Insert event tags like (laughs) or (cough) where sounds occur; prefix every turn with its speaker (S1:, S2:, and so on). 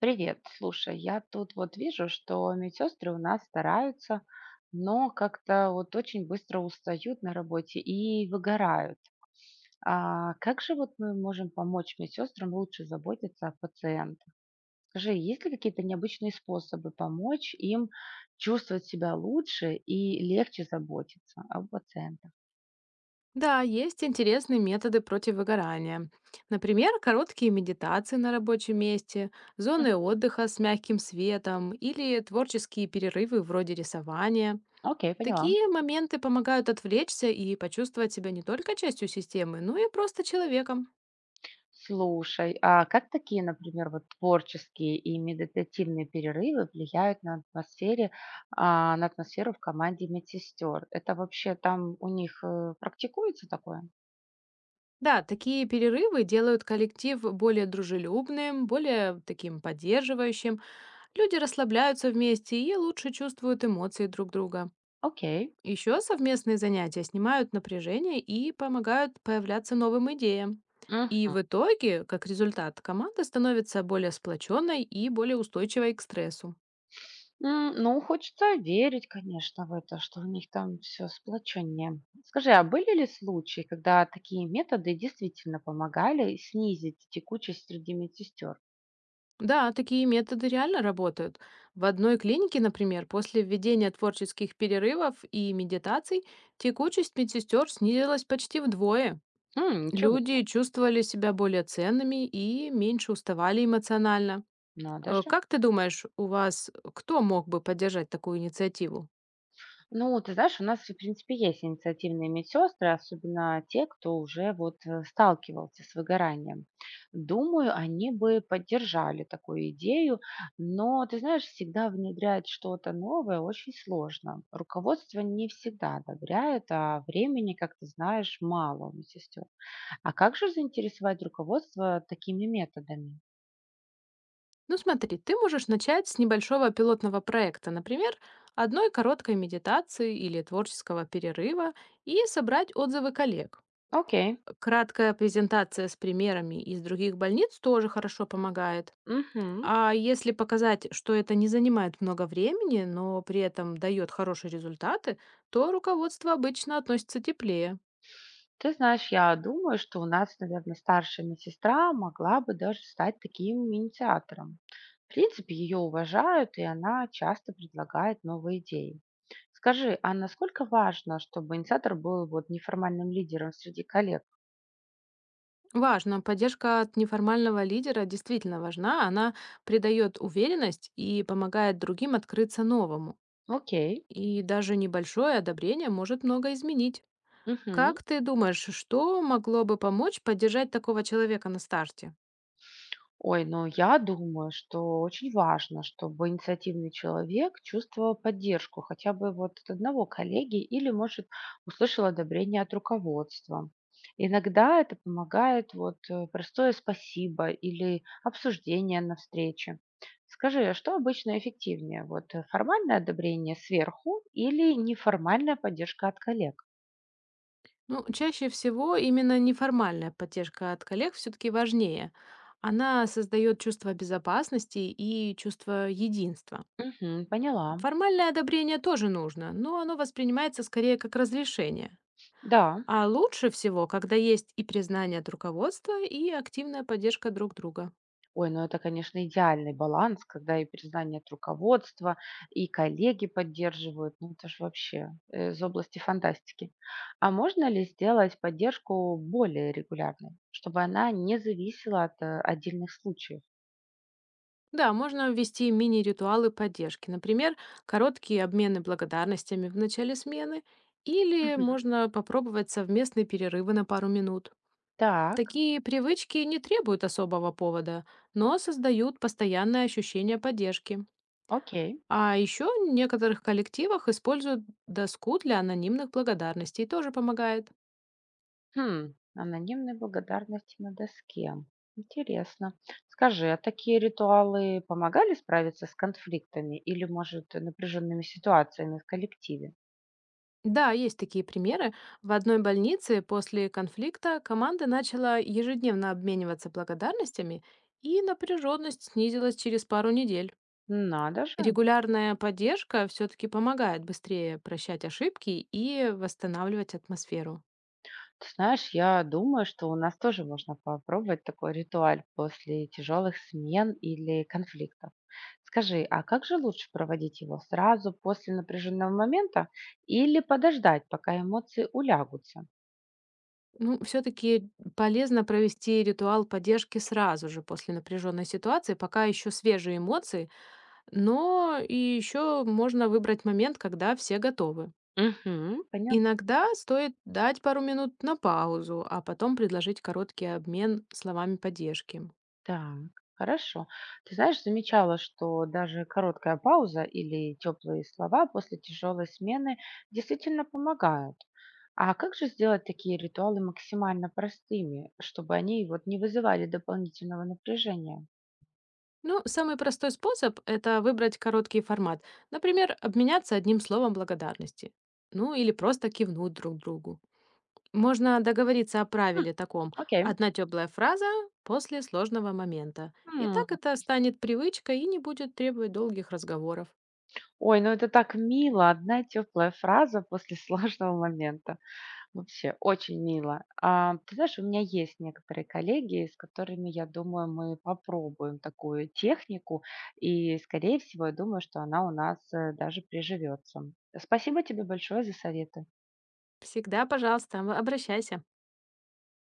S1: Привет, слушай, я тут вот вижу, что медсестры у нас стараются, но как-то вот очень быстро устают на работе и выгорают. А как же вот мы можем помочь медсестрам лучше заботиться о пациентах? Скажи, есть ли какие-то необычные способы помочь им чувствовать себя лучше и легче заботиться о пациентах?
S2: Да, есть интересные методы против выгорания. Например, короткие медитации на рабочем месте,
S1: М,
S2: зоны отдыха с мягким светом или творческие перерывы вроде рисования.
S1: окей, поняла.
S2: Такие моменты помогают отвлечься и почувствовать себя не только частью системы, но и просто человеком.
S1: Слушай, а как такие, например, вот творческие и медитативные перерывы влияют на атмосфере, а, на атмосферу в команде медсестер? Это вообще там у них практикуется такое?
S2: Да, такие перерывы делают коллектив более дружелюбным, более таким поддерживающим. Люди расслабляются вместе и лучше чувствуют эмоции друг друга.
S1: Окей.
S2: Еще совместные занятия снимают напряжение и помогают появляться новым идеям.
S1: М,
S2: И в итоге, как результат, команда становится более сплоченной и более устойчивой к стрессу.
S1: Ну, хочется верить, конечно, в это, что у них там все сплоченнее. Скажи, а были ли случаи, когда такие методы действительно помогали снизить текучесть среди медсестер?
S2: Да, такие методы реально работают. В одной клинике, например, после введения творческих перерывов и медитаций текучесть медсестер снизилась почти вдвое.
S1: М, ничего,
S2: Люди чувствовали себя более ценными и меньше уставали эмоционально.
S1: надо же.
S2: Как ты думаешь, у вас кто мог бы поддержать такую инициативу?
S1: Ну, ты знаешь, у нас, в принципе, есть инициативные медсестры, особенно те, кто уже вот сталкивался с выгоранием. Думаю, они бы поддержали такую идею, но, ты знаешь, всегда внедрять что-то новое очень сложно. Руководство не всегда одобряет, а времени, как ты знаешь, мало у медсестер. А как же заинтересовать руководство такими методами?
S2: Ну смотри, ты можешь начать с небольшого пилотного проекта, например, одной короткой медитации или творческого перерыва и собрать отзывы коллег.
S1: Окей.
S2: Краткая презентация с примерами из других больниц тоже хорошо помогает.
S1: Мгм.
S2: А если показать, что это не занимает много времени, но при этом дает хорошие результаты, то руководство обычно относится теплее.
S1: Ты знаешь, я думаю, что у нас, наверное, старшая медсестра могла бы даже стать таким инициатором. В принципе, ее уважают, и она часто предлагает новые идеи. Скажи, а насколько важно, чтобы инициатор был вот неформальным лидером среди коллег?
S2: Важно. Поддержка от неформального лидера действительно важна. Она придает уверенность и помогает другим открыться новому.
S1: Окей.
S2: И даже небольшое одобрение может много изменить.
S1: Мгм.
S2: Как ты думаешь, что могло бы помочь поддержать такого человека на старте?
S1: Ой, ну я думаю, что очень важно, чтобы инициативный человек чувствовал поддержку хотя бы вот от одного коллеги или, может, услышал одобрение от руководства. Иногда это помогает вот простое спасибо или обсуждение на встрече. Скажи, а что обычно эффективнее? Вот формальное одобрение сверху или неформальная поддержка от коллег?
S2: Ну, чаще всего именно неформальная поддержка от коллег все-таки важнее. Она создает чувство безопасности и чувство единства.
S1: Мгм, поняла.
S2: Формальное одобрение тоже нужно, но оно воспринимается скорее как разрешение.
S1: Да.
S2: А лучше всего, когда есть и признание от руководства, и активная поддержка друг друга.
S1: Ой, ну это, конечно, идеальный баланс, когда и признание от руководства, и коллеги поддерживают. Ну это ж вообще из области фантастики. А можно ли сделать поддержку более регулярной, чтобы она не зависела от отдельных случаев?
S2: Да, можно ввести мини-ритуалы поддержки. Например, короткие обмены благодарностями в начале смены или
S1: Мгм.
S2: можно попробовать совместные перерывы на пару минут.
S1: Так,
S2: Такие привычки не требуют особого повода, но создают постоянное ощущение поддержки.
S1: окей.
S2: А еще в некоторых коллективах используют доску для анонимных благодарностей, тоже помогает.
S1: Хм, анонимные благодарности на доске. Интересно. Скажи, а такие ритуалы помогали справиться с конфликтами или, может, напряженными ситуациями в коллективе?
S2: Да, есть такие примеры. В одной больнице после конфликта команда начала ежедневно обмениваться благодарностями, и напряженность снизилась через пару недель.
S1: Надо же.
S2: Регулярная поддержка все-таки помогает быстрее прощать ошибки и восстанавливать атмосферу.
S1: Ты знаешь, я думаю, что у нас тоже можно попробовать такой ритуаль после тяжелых смен или конфликтов. Скажи, а как же лучше проводить его сразу после напряженного момента или подождать, пока эмоции улягутся?
S2: Ну, все-таки полезно провести ритуал поддержки сразу же после напряженной ситуации, пока еще свежие эмоции, но и еще можно выбрать момент, когда все готовы.
S1: Угу, поняла.
S2: Иногда стоит дать пару минут на паузу, а потом предложить короткий обмен словами поддержки.
S1: Так, хорошо. Ты знаешь, замечала, что даже короткая пауза или теплые слова после тяжелой смены действительно помогают. А как же сделать такие ритуалы максимально простыми, чтобы они вот не вызывали дополнительного напряжения?
S2: Ну, самый простой способ– это выбрать короткий формат. Например, обменяться одним словом благодарности. Ну, или просто кивнуть друг другу. Можно договориться о
S1: М,
S2: правиле таком
S1: окей.
S2: «одна теплая фраза после сложного момента». И так
S1: М,
S2: это станет привычкой и не будет требовать долгих разговоров.
S1: ой, ну это так мило, одна теплая фраза после (laughs) сложного момента. Вообще очень мило. А, ты знаешь, у меня есть некоторые коллеги, с которыми, я думаю, мы попробуем такую технику, и, скорее всего, я думаю, что она у нас, даже приживется. Спасибо тебе большое за советы.
S2: Всегда, пожалуйста, обращайся.